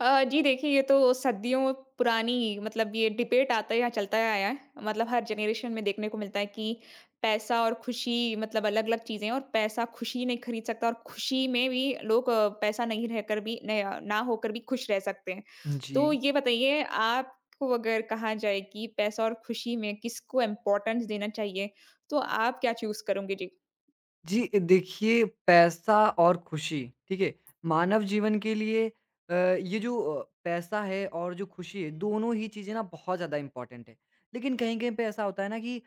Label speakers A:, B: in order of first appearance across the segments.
A: जी देखिए ये तो सदियों पुरानी ये डिबेट आता है या चलता आया है, मतलब हर जनरेशन में देखने को मिलता है कि पैसा और खुशी मतलब अलग-अलग चीज़ें हैं, और पैसा खुशी नहीं खरीद सकता, और खुशी में भी लोग पैसा नहीं रहकर भी न अ, ना होकर भी खुश रह सकते हैं।
B: जी।
A: तो ये बताइए, आपको अगर कहा जाए कि पैसा और खुशी में किसको इम्पोर्टेंस देना चाहिए, तो आप क्या चूज़ करोगे? जी।
B: जी, देखिए पैसा और खुशी, ठीक है? मानव जीवन के लिए ये जो पैसा है और जो खुशी है, दोनों ही चीज़ें ना बहुत ज़्यादा इम्पोर्टेंट है। लेकिन कहीं-कहीं पे ऐसा होता है ना कि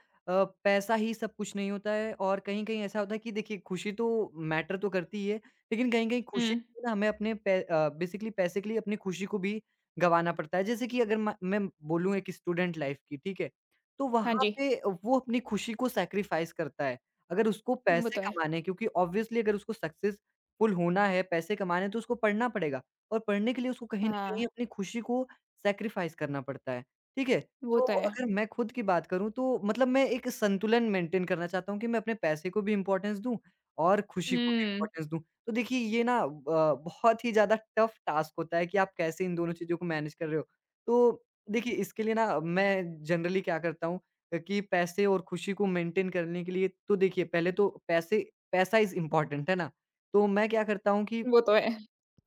B: पैसा ही सब कुछ नहीं होता है और कहीं-कहीं ऐसा होता है कि देखिए खुशी तो मैटर तो करती ही है, लेकिन कहीं-कहीं
A: हुँ।
B: खुशी के लिए ना हमें अपने बेसिकली पैसे के लिए अपनी खुशी को भी गँवाना पड़ता है। जैसे कि अगर म मैं बोलूँ एक स्टूडेंट लाइफ़ की, ठीक है? तो
A: हाँ
B: वहाँ
A: जी।
B: पे वो अपनी खुशी को सैक्रिफ़ाइस करता है। अगर उसको
A: वो
B: पैसे
A: तो है।
B: कमाने हैं क्योंकि ऑब्वियसली अगर उसको सक्सेसफुल होना है, पैसे कमाने हैं तो उसको पढ़ना पड़ेगा और पढ़ने के लिए उसको कहीं न
A: हाँ,
B: कहीं अपनी खुशी को सैक्रिफाइस करना पड़ता है, ठीक है?
A: वो
B: तो
A: तो है।
B: अगर मैं खुद की बात करूँ तो मतलब मैं एक संतुलन मेंटेन करना चाहता हूँ कि मैं अपने पैसे को भी इम्पोर्टेंस दूँ और खुशी को भी
A: हुँ।
B: इम्पोर्टेंस दूँ। तो देखिए ये ना बहुत ही ज़्यादा टफ टास्क होता है कि आप कैसे इन दोनों चीज़ों को मैनेज कर रहे हो। तो देखिए इसके लिए ना मैं जनरली क्या करता हूँ कि पैसे और खुशी को मेंटेन करने के लिए तो देखिए पहले तो पैसे पैसा इज़ इम्पोर्टेंट है ना? तो मैं क्या करता हूँ कि
A: वो तो है।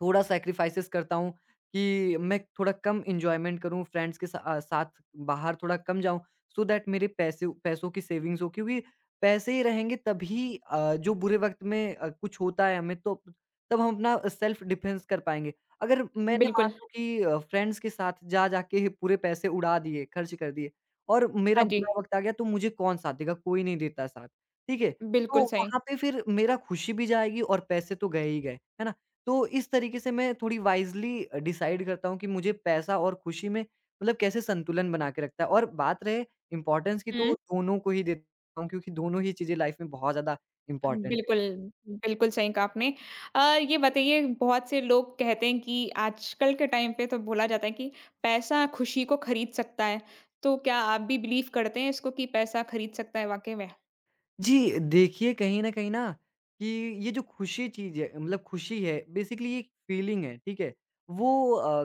B: थोड़ा सैक्रिफ़ाइसेस करता हूँ कि मैं थोड़ा कम एन्जॉयमेंट करूँ, फ्रेंड्स के साथ बाहर थोड़ा कम जाऊँ सो दैट मेरे पैसे पैसों की सेविंग्स हो क्योंकि पैसे ही रहेंगे तभी जो बुरे वक़्त में कुछ होता है हमें तो तब हम अपना सेल्फ़ डिफेंस कर पाएँगे। अगर मैंने मान
A: बिल्कुल,
B: लो कि फ्रेंड्स के साथ जा जा के पूरे पैसे उड़ा दिए, खर्च कर दिए और मेरा
A: हाँ जी,
B: बुरा वक़्त आ गया तो मुझे कौन साथ देगा? कोई नहीं देता साथ, ठीक है? तो
A: बिल्कुल सही।
B: वहाँ पे फिर मेरा खुशी भी जाएगी और पैसे तो गए ही गए, है ना? तो इस तरीके से मैं थोड़ी वाइज़ली डिसाइड करता हूँ कि मुझे पैसा और खुशी में मतलब कैसे संतुलन बना के रखता है और बात रहे इम्पोर्टेंस की तो
A: हुँ,
B: दोनों को ही देता हूँ क्योंकि दोनों ही चीज़ें लाइफ़ में बहुत ज़्यादा इम्पोर्टेंट है।
A: बिल्कुल, बिल्कुल सही कहा आपने। अ, ये बताइए, बहुत से लोग कहते हैं कि आजकल के टाइम पे तो बोला जाता है कि पैसा खुशी को खरीद सकता है, तो क्या आप भी बिलीव करते हैं इसको कि पैसा खरीद सकता है वाक़ई में?
B: जी, देखिए कहीं न कहीं ना कि ये जो खुशी चीज़ है मतलब खुशी है बेसिकली ये एक फ़ीलिंग है, ठीक है? वो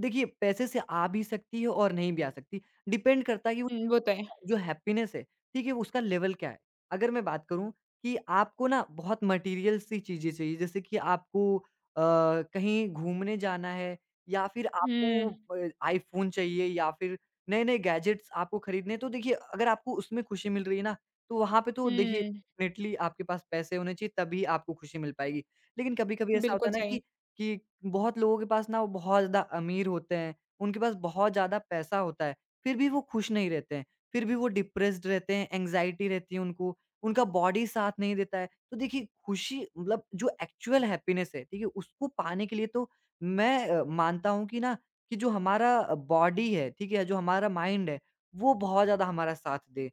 B: देखिए पैसे से आ भी सकती है और नहीं भी आ सकती। डिपेंड करता है कि
A: हुँ, वो तो है।
B: जो हैप्पीनेस है, ठीक है, उसका लेवल क्या है? अगर मैं बात करूँ कि आपको ना बहुत मटेरियल सी चीज़ें चाहिए, जैसे कि आपको कहीं घूमने जाना है या फिर आपको
A: हुँ,
B: आईफ़ोन चाहिए या फिर नए-नए गैजेट्स आपको खरीदने हैं, तो देखिए अगर आपको उसमें खुशी मिल रही है ना, तो वहाँ पे तो देखिए
A: हुँ,
B: डेफ़िनेटली आपके पास पैसे होने चाहिए तभी आपको खुशी मिल पाएगी। लेकिन कभी-कभी ऐसा होता
A: बिल्कुल
B: है ना
A: सही।
B: कि बहुत लोगों के पास ना वो बहुत ज़्यादा अमीर होते हैं, उनके पास बहुत ज़्यादा पैसा होता है, फिर भी वो खुश नहीं रहते हैं। फिर भी वो डिप्रेस्ड रहते हैं, एंग्ज़ायटी रहती है उनको, उनका बॉडी साथ नहीं देता है। तो देखिए खुशी मतलब जो एक्चुअल हैप्पीनेस है, ठीक है? उसको पाने के लिए तो मैं मानता हूँ कि ना कि जो हमारा बॉडी है, ठीक है? जो हमारा माइंड है, वो बहुत ज़्यादा हमारा साथ दे।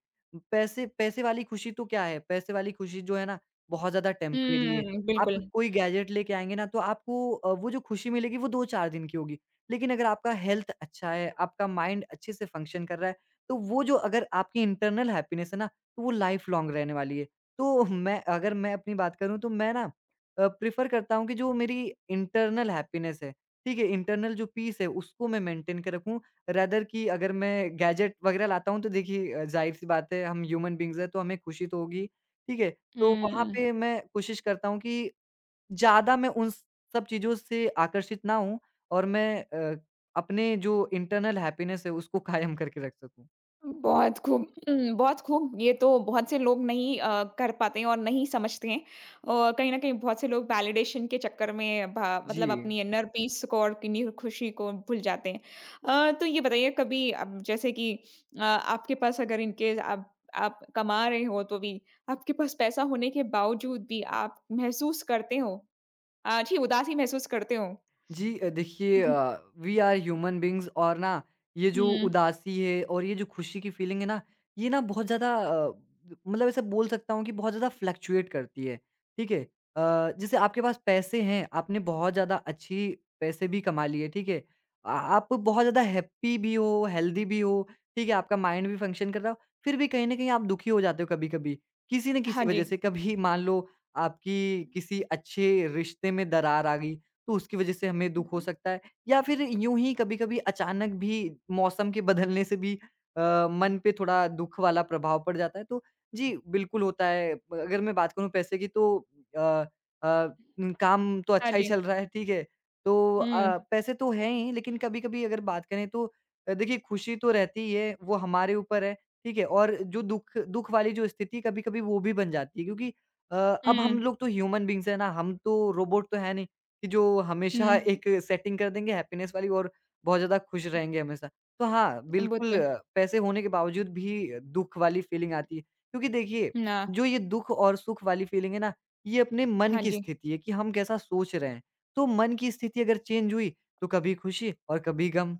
B: पैसे पैसे वाली खुशी तो क्या है, पैसे वाली खुशी जो है ना बहुत ज़्यादा टेम्परेरी है।
A: हुँ,
B: आप
A: बिल्कुल।
B: कोई गैजेट लेके आएँगे ना तो आपको वो जो खुशी मिलेगी वो 2-4 दिन की होगी। लेकिन अगर आपका हेल्थ अच्छा है, आपका माइंड अच्छे से फंक्शन कर रहा है, तो वो जो अगर आपकी इंटरनल हैप्पीनेस है ना, तो वो लाइफ़ लॉन्ग रहने वाली है। तो मैं अगर मैं अपनी बात करूँ तो मैं ना प्रेफ़र करता हूँ कि जो मेरी इंटरनल हैप्पीनेस है, ठीक है? इंटरनल जो पीस है उसको मैं मेंटेन के रखूँ रादर कि अगर मैं गैजेट वग़ैरह लाता हूँ तो देखिए ज़ाहिर-सी बात है हम ह्यूमन बीइंग्स हैं तो हमें खुशी तो होगी, ठीक है? तो वहाँ
A: हुँ।
B: पे मैं कोशिश करता हूँ कि ज़्यादा मैं उन सब चीज़ों से आकर्षित ना हूँ और मैं अ, अपने जो इंटरनल हैप्पीनेस है उसको कायम करके रख सकूँ।
A: बहुत खूब। बहुत खूब, ये तो बहुत से लोग नहीं कर पाते हैं और नहीं समझते हैं। और कहीं न कहीं बहुत से लोग वैलिडेशन के चक्कर में भा मतलब
B: जी।
A: अपनी इनर पीस को और किन्हीं खुशी को भूल जाते हैं। तो ये बताइए, कभी अब जैसे कि आपके पास अगर इन केस आप कमा रहे हो, तो भी आपके पास पैसा होने के बावजूद भी आप महसूस करते हो जी, उदासी महसूस करते हो?
B: जी देखिए वी आर ह्यूमन बीइंग्स और ना ये जो
A: हुँ।
B: उदासी है और ये जो खुशी की फीलिंग है ना, ये ना बहुत ज़्यादा मतलब ऐसे बोल सकता हूँ कि बहुत ज़्यादा फ्लक्चुएट करती है, ठीक है? जैसे आपके पास पैसे हैं, आपने बहुत ज़्यादा अच्छी पैसे भी कमा लिए, ठीक है? आ आप बहुत ज़्यादा हैप्पी भी हो, हेल्दी भी हो, ठीक है? आपका माइंड भी फंक्शन कर रहा हो, फिर भी कहीं न कहीं आप दुखी हो जाते हो कभी-कभी, किसी न
A: हाँ
B: किसी वजह
A: जी।
B: से। कभी मान लो आपकी किसी अच्छे रिश्ते में दरार आ गई, तो उसकी वजह से हमें दुःख हो सकता है। या फिर यूँ ही कभी-कभी अचानक भी मौसम के बदलने से भी अ, मन पे थोड़ा दुःख वाला प्रभाव पड़ जाता है। तो जी, बिल्कुल होता है। अगर मैं बात करूँ पैसे की तो अ अ, काम तो
A: हाँ
B: अच्छा ही
A: जी।
B: चल रहा है, ठीक है। तो
A: हुँ।
B: पैसे तो हैं ही लेकिन कभी-कभी अगर बात करें तो देखिए खुशी तो रहती ही है, वो हमारे ऊपर है, ठीक है। और जो दुःख दुःख वाली जो स्थिति कभी-कभी वो भी बन जाती है क्योंकि अ, अब हम
A: हुँ,
B: लोग तो ह्यूमन बीइंग्स हैं ना, हम तो रोबोट तो है नहीं। कि जो हमेशा
A: हुँ।
B: एक सेटिंग कर देंगे हैप्पीनेस वाली और बहुत ज़्यादा खुश रहेंगे हमेशा। तो हाँ,
A: वो तो
B: बिल्कुल
A: है।
B: पैसे होने के बावजूद भी दुःख वाली फ़ीलिंग आती है। क्योंकि देखिए,
A: ना,
B: जो ये दुःख और सुख वाली फ़ीलिंग है ना, ये अपने मन
A: हाँ
B: की
A: जी।
B: स्थिति है कि हम कैसा सोच रहे हैं। तो मन की स्थिति अगर चेंज हुई, तो कभी खुशी और कभी गम।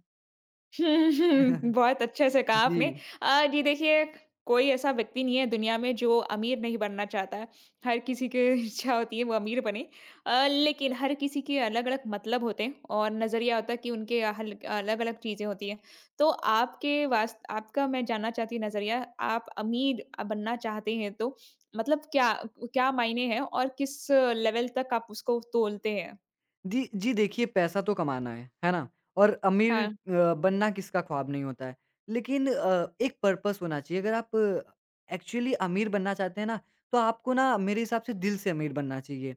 A: बहुत अच्छे से कहा आपने।
B: जी।
A: जी देखिए, कोई ऐसा व्यक्ति नहीं है दुनिया में जो अमीर नहीं बनना चाहता है। हर किसी की इच्छा होती है वो अमीर बने। लेकिन हर किसी के अलग-अलग मतलब होते हैं और नज़रिया होता है कि उनके हल अलग-अलग चीज़ें होती हैं। तो आपके वास आपका मैं जानना चाहती हूँ नज़रिया, आप अमीर बनना चाहते हैं, तो मतलब क्या क्या मायने हैं और किस लेवल तक आप उसको तोलते हैं?
B: जी, देखिए पैसा तो कमाना है ना? और अमीर
A: हाँ,
B: बनना किसका ख्वाब नहीं होता है। लेकिन एक पर्पस होना चाहिए अगर आप एक्चुअली अमीर बनना चाहते हैं ना, तो आपको ना मेरे हिसाब से दिल से अमीर बनना चाहिए।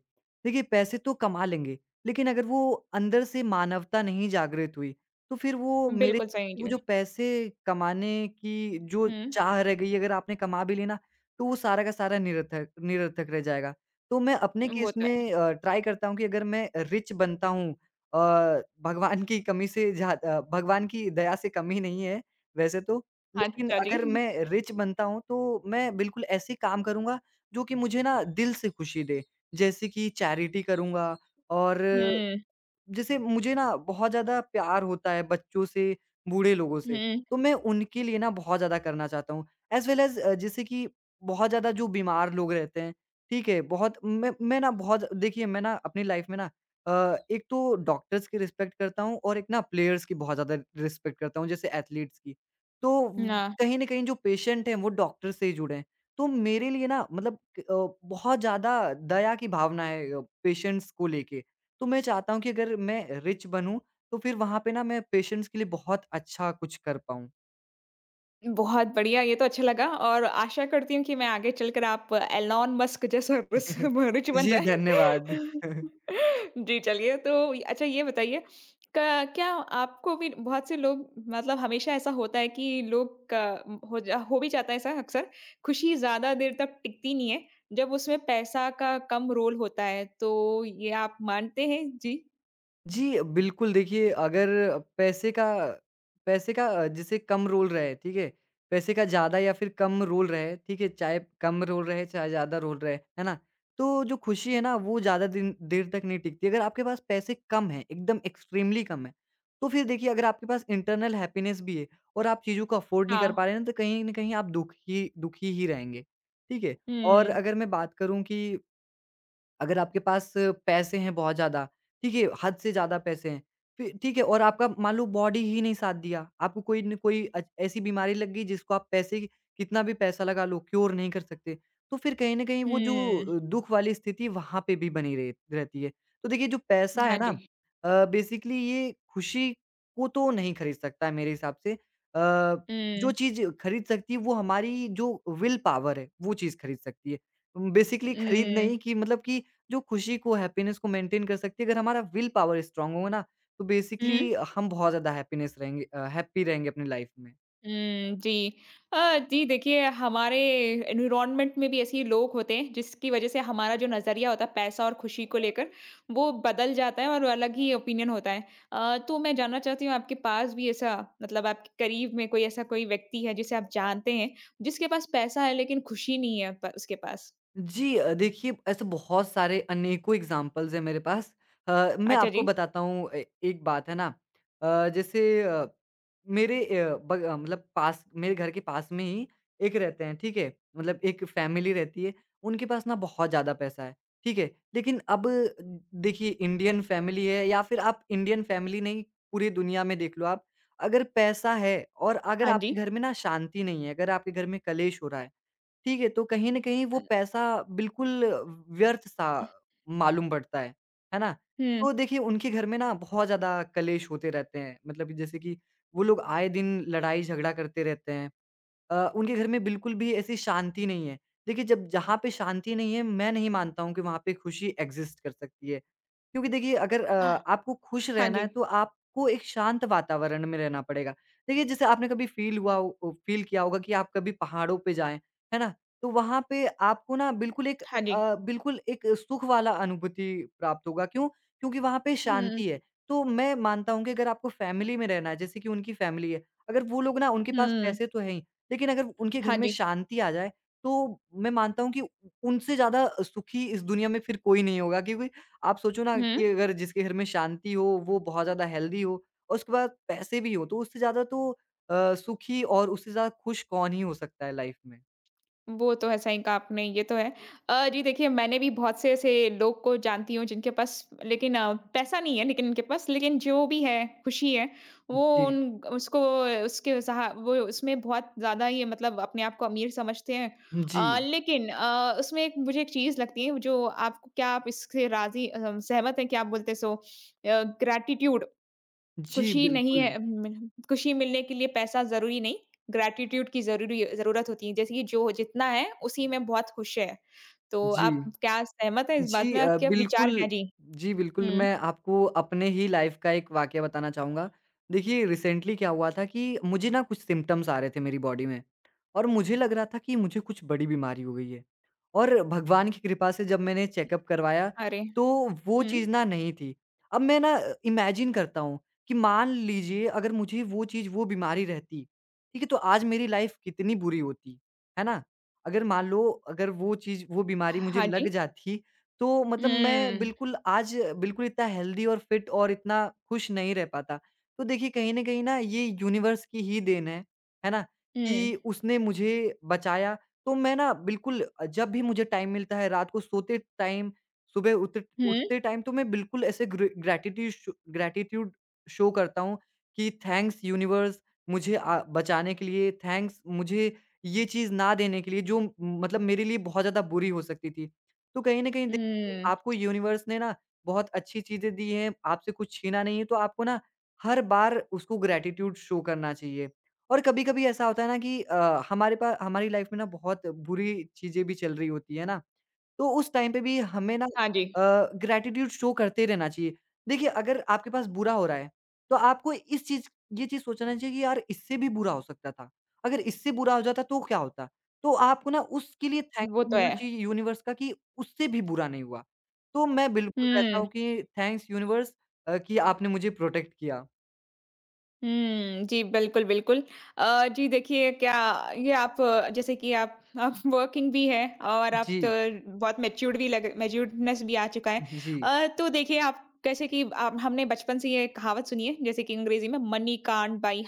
B: देखिए पैसे तो कमा लेंगे, लेकिन अगर वो अंदर से मानवता नहीं जागृत हुई, तो फिर वो मेरे
A: बिल्कुल सही
B: वो
A: जी।
B: जो पैसे कमाने की जो
A: हुँ।
B: चाह रह गई अगर आपने कमा भी ली ना, तो वो सारा का सारा निरर्थक निरर्थक रह जाएगा। तो मैं अपने
A: वो
B: केस
A: तो है।
B: में ट्राई करता हूँ कि अगर मैं रिच बनता हूँ भगवान की दया से कमी नहीं है वैसे तो, लेकिन
A: अच्छा जी।
B: अगर मैं रिच बनता हूँ तो मैं बिल्कुल ऐसे काम करूँगा जो कि मुझे ना दिल से खुशी दे। जैसे कि चैरिटी करूँगा और
A: हुँ,
B: जैसे मुझे ना बहुत ज़्यादा प्यार होता है बच्चों से, बूढ़े लोगों से,
A: हुँ,
B: तो मैं उनके लिए ना बहुत ज़्यादा करना चाहता हूँ। एज़ वेल एज़ जैसे कि बहुत ज़्यादा जो बीमार लोग रहते हैं, ठीक है? बहुत मैं ना बहुत देखिए मैं ना अपनी लाइफ़ में ना एक तो डॉक्टर्स की रिस्पेक्ट करता हूँ और एक ना प्लेयर्स की बहुत ज़्यादा रिस्पेक्ट करता हूँ, जैसे एथलीट्स की। तो हुँ।
A: ना,
B: कहीं न कहीं जो पेशेंट हैं वो डॉक्टर से ही जुड़े हैं। तो मेरे लिए ना मतलब बहुत ज़्यादा दया की भावना है पेशेंट्स को लेके। तो मैं चाहता हूँ कि अगर मैं रिच बनूँ, तो फिर वहाँ पे ना मैं पेशेंट्स के लिए बहुत अच्छा कुछ कर पाऊँ।
A: बहुत बढ़िया, ये तो अच्छा लगा, और आशा करती हूँ कि मैं आगे चलकर आप एलोन मस्क जैसा रिस रिच बन
B: जी,
A: जाएँ।
B: धन्यवाद।
A: जी, चलिए, तो अच्छा ये बताइए, क क्या आपको भी बहुत से लोग मतलब हमेशा ऐसा होता है कि लोग क हो जा हो भी जाता है ऐसा अक्सर, खुशी ज़्यादा देर तक टिकती नहीं है, जब उसमें पैसा का कम रोल होता है, तो ये आप मानते हैं? जी।
B: जी, बिल्कुल देखिए अगर पैसे का पैसे का जैसे कम रोल रहे, ठीक है? पैसे का ज़्यादा या फिर कम रोल रहे, ठीक है? चाहे कम रोल रहे, चाहे ज़्यादा रोल रहे, है ना? तो जो खुशी है ना वो ज़्यादा दिन देर तक नहीं टिकती। अगर आपके पास पैसे कम हैं, एकदम एक्सट्रीमली कम हैं, तो फिर देखिए अगर आपके पास इंटरनल हैप्पीनेस भी है और आप चीज़ों को अफ़ोर्ड नहीं कर पा
A: हाँ।
B: रहे हैं ना, तो कहीं न कहीं आप दुखी दुखी ही रहेंगे, ठीक है? और
A: हुँ,
B: अगर मैं बात करूँ कि अगर आपके पास पैसे हैं बहुत ज़्यादा, ठीक है, हद से ज़्यादा पैसे हैं, फिर ठीक है और आपका मान लो बॉडी ही नहीं साथ दिया, आपको कोई न कोई अच ऐसी बीमारी लग गई जिसको आप पैसे की- कितना भी पैसा लगा लो, क्योर नहीं कर सकते, तो फिर कहीं न कहीं वो
A: हुँ।
B: जो दुःख वाली स्थिति वहाँ पे भी बनी रह रहती है। तो देखिए जो पैसा है
A: हाँ
B: ना
A: जी।
B: बेसिकली ये खुशी को तो नहीं खरीद सकता है मेरे हिसाब से। जो
A: हुँ,
B: चीज़ खरीद सकती है वो हमारी जो विल पावर है, वो चीज़ खरीद सकती है। बेसिकली खरीद
A: हुँ,
B: नहीं कि मतलब कि जो खुशी को, हैप्पीनेस को मेंटेन कर सकती है। अगर हमारा विल पावर स्ट्रॉन्ग होगा ना, तो
A: हुँ,
B: बेसिकली हम बहुत ज़्यादा हैप्पीनेस रहेंगे हैप्पी रहेंगे अपनी लाइफ़ में।
A: हुँ, जी। जी देखिए, हमारे एनवायरनमेंट में भी ऐसे ही लोग होते हैं जिसकी वज़ह से हमारा जो नज़रिया होता है पैसा और खुशी को लेकर, वो बदल जाता है और अलग ही ओपिनियन होता है। तो मैं जानना चाहती हूँ आपके पास भी ऐसा मतलब आपके करीब में कोई ऐसा कोई व्यक्ति है जिसे आप जानते हैं, जिसके पास पैसा है लेकिन खुशी नहीं है प उसके पास?
B: जी देखिए ऐसे बहुत सारे अनेकों एग्ज़ाम्पल्स हैं मेरे पास। मैं
A: अच्छा
B: आपको
A: जी।
B: बताता हूँ ए एक बात है ना जैसे मेरे मतलब पास मेरे घर के पास में ही एक रहते हैं, ठीक है? मतलब एक फैमिली रहती है, उनके पास ना बहुत ज़्यादा पैसा है, ठीक है? लेकिन अब देखिए इंडियन फैमिली है या फिर आप इंडियन फैमिली नहीं पूरी दुनिया में देख लो आप, अगर पैसा है और अगर
A: हाँ
B: आपके
A: जी।
B: घर में ना शांति नहीं है, अगर आपके घर में कलेश हो रहा है, ठीक है? तो कहीं न कहीं वो
A: अ,
B: पैसा बिल्कुल व्यर्थ-सा मालूम पड़ता है ना?
A: हुँ,
B: तो देखिए उनके घर में ना बहुत ज़्यादा कलेश होते रहते हैं, मतलब कि जैसे कि वो लोग आए दिन लड़ाई-झगड़ा करते रहते हैं। उनके घर में बिल्कुल भी ऐसी शांति नहीं है। देखिए जब जहाँ पे शांति नहीं है, मैं नहीं मानता हूँ कि वहाँ पे खुशी एग्ज़िस्ट कर सकती है। क्योंकि देखिए अगर आपको खुश
A: हाँ
B: रहना
A: जी,
B: है तो आपको एक शांत वातावरण में रहना पड़ेगा। देखिए जैसे आपने कभी फ़ील हुआ हो फ़ील किया होगा कि आप कभी पहाड़ों पे जाएँ, है ना? तो वहाँ पे आपको ना बिल्कुल
A: हाँ जी।
B: बिल्कुल एक सुख वाला अनुभूति प्राप्त होगा। क्यों? क्योंकि वहाँ पे
A: हुँ,
B: शांति है। तो मैं मानता हूँ कि अगर आपको फ़ैमिली में रहना है जैसे कि उनकी फ़ैमिली है, अगर वो लोग ना उनके पास
A: हुँ,
B: पैसे तो हैं ही, लेकिन अगर उनके घर
A: हाँ
B: में
A: जी।
B: शांति आ जाए तो मैं मानता हूँ कि उनसे ज़्यादा सुखी इस दुनिया में फिर कोई नहीं होगा क्योंकि आप सोचो ना
A: हुँ।
B: कि अगर जिसके घर में शांति हो, वो बहुत ज़्यादा हेल्दी हो और उसके पास पैसे भी हो, तो उससे ज़्यादा तो सुखी और उससे ज़्यादा खुश कौन ही हो सकता है लाइफ में।
A: वो तो है, सही कहा आपने, ये तो है। जी देखिए, मैंने भी बहुत से ऐसे लोग को जानती हूँ जिनके पास लेकिन पैसा नहीं है, लेकिन उनके पास लेकिन जो भी है, खुशी है, वो
B: जी।
A: उन उसको उसके सहा वो उसमें बहुत ज़्यादा ये मतलब अपने आप को अमीर समझते हैं।
B: जी।
A: उसमें एक मुझे एक चीज़ लगती है जो आपको, क्या आप इससे सहमत हैं? क्या आप बोलते हैं सो ग्रैटिट्यूड,
B: जी,
A: खुशी नहीं
B: बिल्कुल।
A: है मिल खुशी मिलने के लिए पैसा ज़रूरी नहीं, ग्रैटिट्यूड की ज़रूरी ज़रूरत होती है। जैसे कि जो जितना है, उसी में बहुत खुश है। तो
B: जी।
A: आप क्या सहमत हैं इस बात
B: जी
A: में? आपके विचार क्या
B: बिल्कुल।
A: हैं? जी।
B: जी, बिल्कुल,
A: हुँ।
B: मैं आपको अपने ही लाइफ़ का एक वाक़या बताना चाहूँगा। देखिए, रिसेंटली क्या हुआ था कि मुझे ना कुछ सिम्पटम्स आ रहे थे मेरी बॉडी में और मुझे लग रहा था कि मुझे कुछ बड़ी बीमारी हो गई है और भगवान की कृपा से जब मैंने चेकअप करवाया,
A: अरे!
B: तो वो
A: हुँ।
B: चीज़ ना नहीं थी। अब मैं इमेजिन करता हूँ कि मान लीजिए अगर मुझे वो चीज़, वो बीमारी रहती, ठीक है, तो आज मेरी लाइफ़ कितनी बुरी होती, है ना? अगर मान लो अगर वो चीज़, वो बीमारी मुझे
A: हाँ
B: लग
A: जी।
B: जाती तो मतलब मैं
A: हुँ।
B: बिल्कुल आज बिल्कुल इतना हेल्दी और फिट और इतना खुश नहीं रह पाता। तो देखिए कहीं न कहीं ना ये यूनिवर्स की ही देन है ना?
A: हुँ।
B: कि उसने मुझे बचाया तो मैं जब भी मुझे टाइम मिलता है रात को सोते टाइम, सुबह उत
A: हुँ।
B: उठते टाइम तो मैं बिल्कुल ऐसे ग्रे ग्रैटिट्यूड शो करता हूँ कि थैंक्स यूनिवर्स मुझे बचाने के लिए, थैंक्स मुझे ये चीज़ ना देने के लिए जो मतलब मेरे लिए बहुत ज़्यादा बुरी हो सकती थी। तो कहीं न कहीं तो
A: हुँ।
B: आपको यूनिवर्स ने ना बहुत अच्छी चीज़ें दी हैं, आपसे कुछ छीना नहीं है, तो आपको ना हर बार उसको ग्रैटिट्यूड शो करना चाहिए। और कभी-कभी ऐसा होता है ना कि अ, हमारे पा हमारी लाइफ़ में ना बहुत बुरी चीज़ें भी चल रही होती है ना, तो उस टाइम पे भी हमें
A: हाँ जी,
B: ग्रैटिट्यूड शो करते रहना चाहिए। देखिए अगर आपके पास बुरा हो रहा है, तो आपको इस चीज़ ये चीज़ सोचना चाहिए कि यार इससे भी बुरा हो सकता था। अगर इससे बुरा हो जाता तो क्या होता? तो आपको ना उसके लिए
A: वो
B: थैंकफुल
A: तो
B: होना
A: है।
B: चाहिए यूनिवर्स का कि उससे भी बुरा नहीं हुआ। तो मैं बिल्कुल कहता
A: हुँ।
B: हूँ कि थैंक्स यूनिवर्स कि आपने मुझे प्रोटेक्ट किया।
A: हुँ, जी, बिल्कुल, बिल्कुल। जी देखिए, क्या ये आप जैसे कि आप वर्किंग भी हैं, और आप तो
B: जी।
A: बहुत मैच्योर्डनेस भी आ चुका है।
B: जी।
A: तो देखिए, आप जैसे कि आप हमने बचपन से ये कहावत सुनी है, जैसे कि अंग्रेज़ी में मनी कांट बाय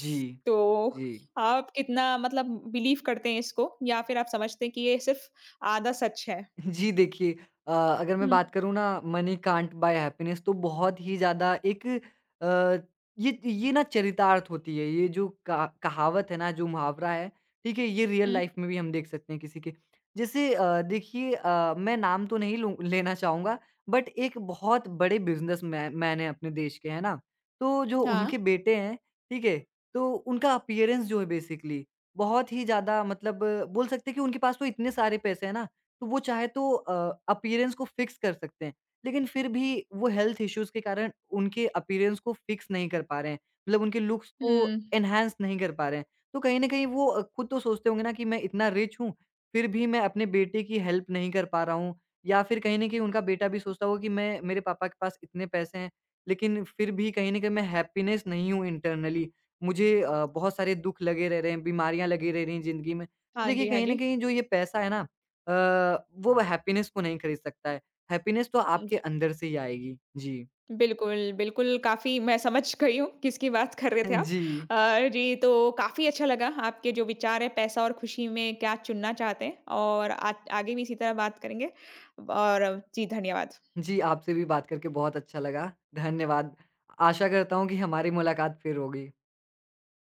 B: जी।
A: तो
B: जी।
A: आप कितना मतलब बिलीव करते हैं इसको, या फिर आप समझते हैं कि ये सिर्फ़ आधा सच है?
B: जी देखिए अगर मैं
A: हुँ,
B: बात करूँ ना मनी कांट बाय हैप्पीनेस तो बहुत ही ज़्यादा एक अ, ये ना चरितार्थ होती है ये जो का कहावत है ना जो मुहावरा है ठीक है ये रियल
A: हुँ,
B: लाइफ में भी हम देख सकते हैं किसी के जैसे देखिए मैं नाम तो नहीं लूँ लेना चाहूँगा बट एक बहुत बड़े बिजनेस मैन है अपने देश के है ना तो जो
A: हाँ।
B: उनके बेटे हैं ठीक है तो उनका अपीयरेंस जो है बेसिकली बहुत ही ज़्यादा मतलब बोल सकते हैं कि उनके पास तो इतने सारे पैसे हैं ना तो वो चाहे तो अपीयरेंस को फिक्स कर सकते हैं, लेकिन फिर भी वो हेल्थ इश्यूज़ के कारण उनके अपीयरेंस को फिक्स नहीं कर पा रहे हैं, मतलब उनके लुक्स को
A: हुँ,
B: एनहांस नहीं कर पा रहे हैं। तो कहीं न कहीं वो खुद तो सोचते होंगे ना कि मैं इतना रिच हूँ, फिर भी मैं अपने बेटे की हेल्प नहीं कर पा रहा हूँ या फिर कहीं न कहीं उनका बेटा भी सोचता होगा कि मैं मेरे पापा के पास इतने पैसे हैं, लेकिन फिर भी कहीं न कहीं मैं हैप्पीनेस नहीं हूँ इंटरनली। मुझे बहुत सारे दुःख लगे रह रहे हैं, बीमारियाँ लगी रह रही हैं ज़िंदगी में। तो
A: हाँ
B: देखिए,
A: जी, हाँ
B: कहीं न
A: जी।
B: कहीं जो ये पैसा है ना अ, वो हैप्पीनेस को नहीं खरीद सकता है। हैप्पीनेस तो आपके अंदर से ही आएगी। जी।
A: बिल्कुल, बिल्कुल, काफ़ी मैं समझ गई हूँ किसकी बात कर रहे थे आप।
B: जी।
A: जी, तो काफ़ी अच्छा लगा आपके जो विचार हैं पैसा और खुशी में क्या चुनना चाहते हैं, और आत आगे भी इसी तरह बात करेंगे, और जी, धन्यवाद।
B: जी, आपसे भी बात करके बहुत अच्छा लगा। धन्यवाद। आशा करता हूँ कि हमारी मुलाकात फिर होगी।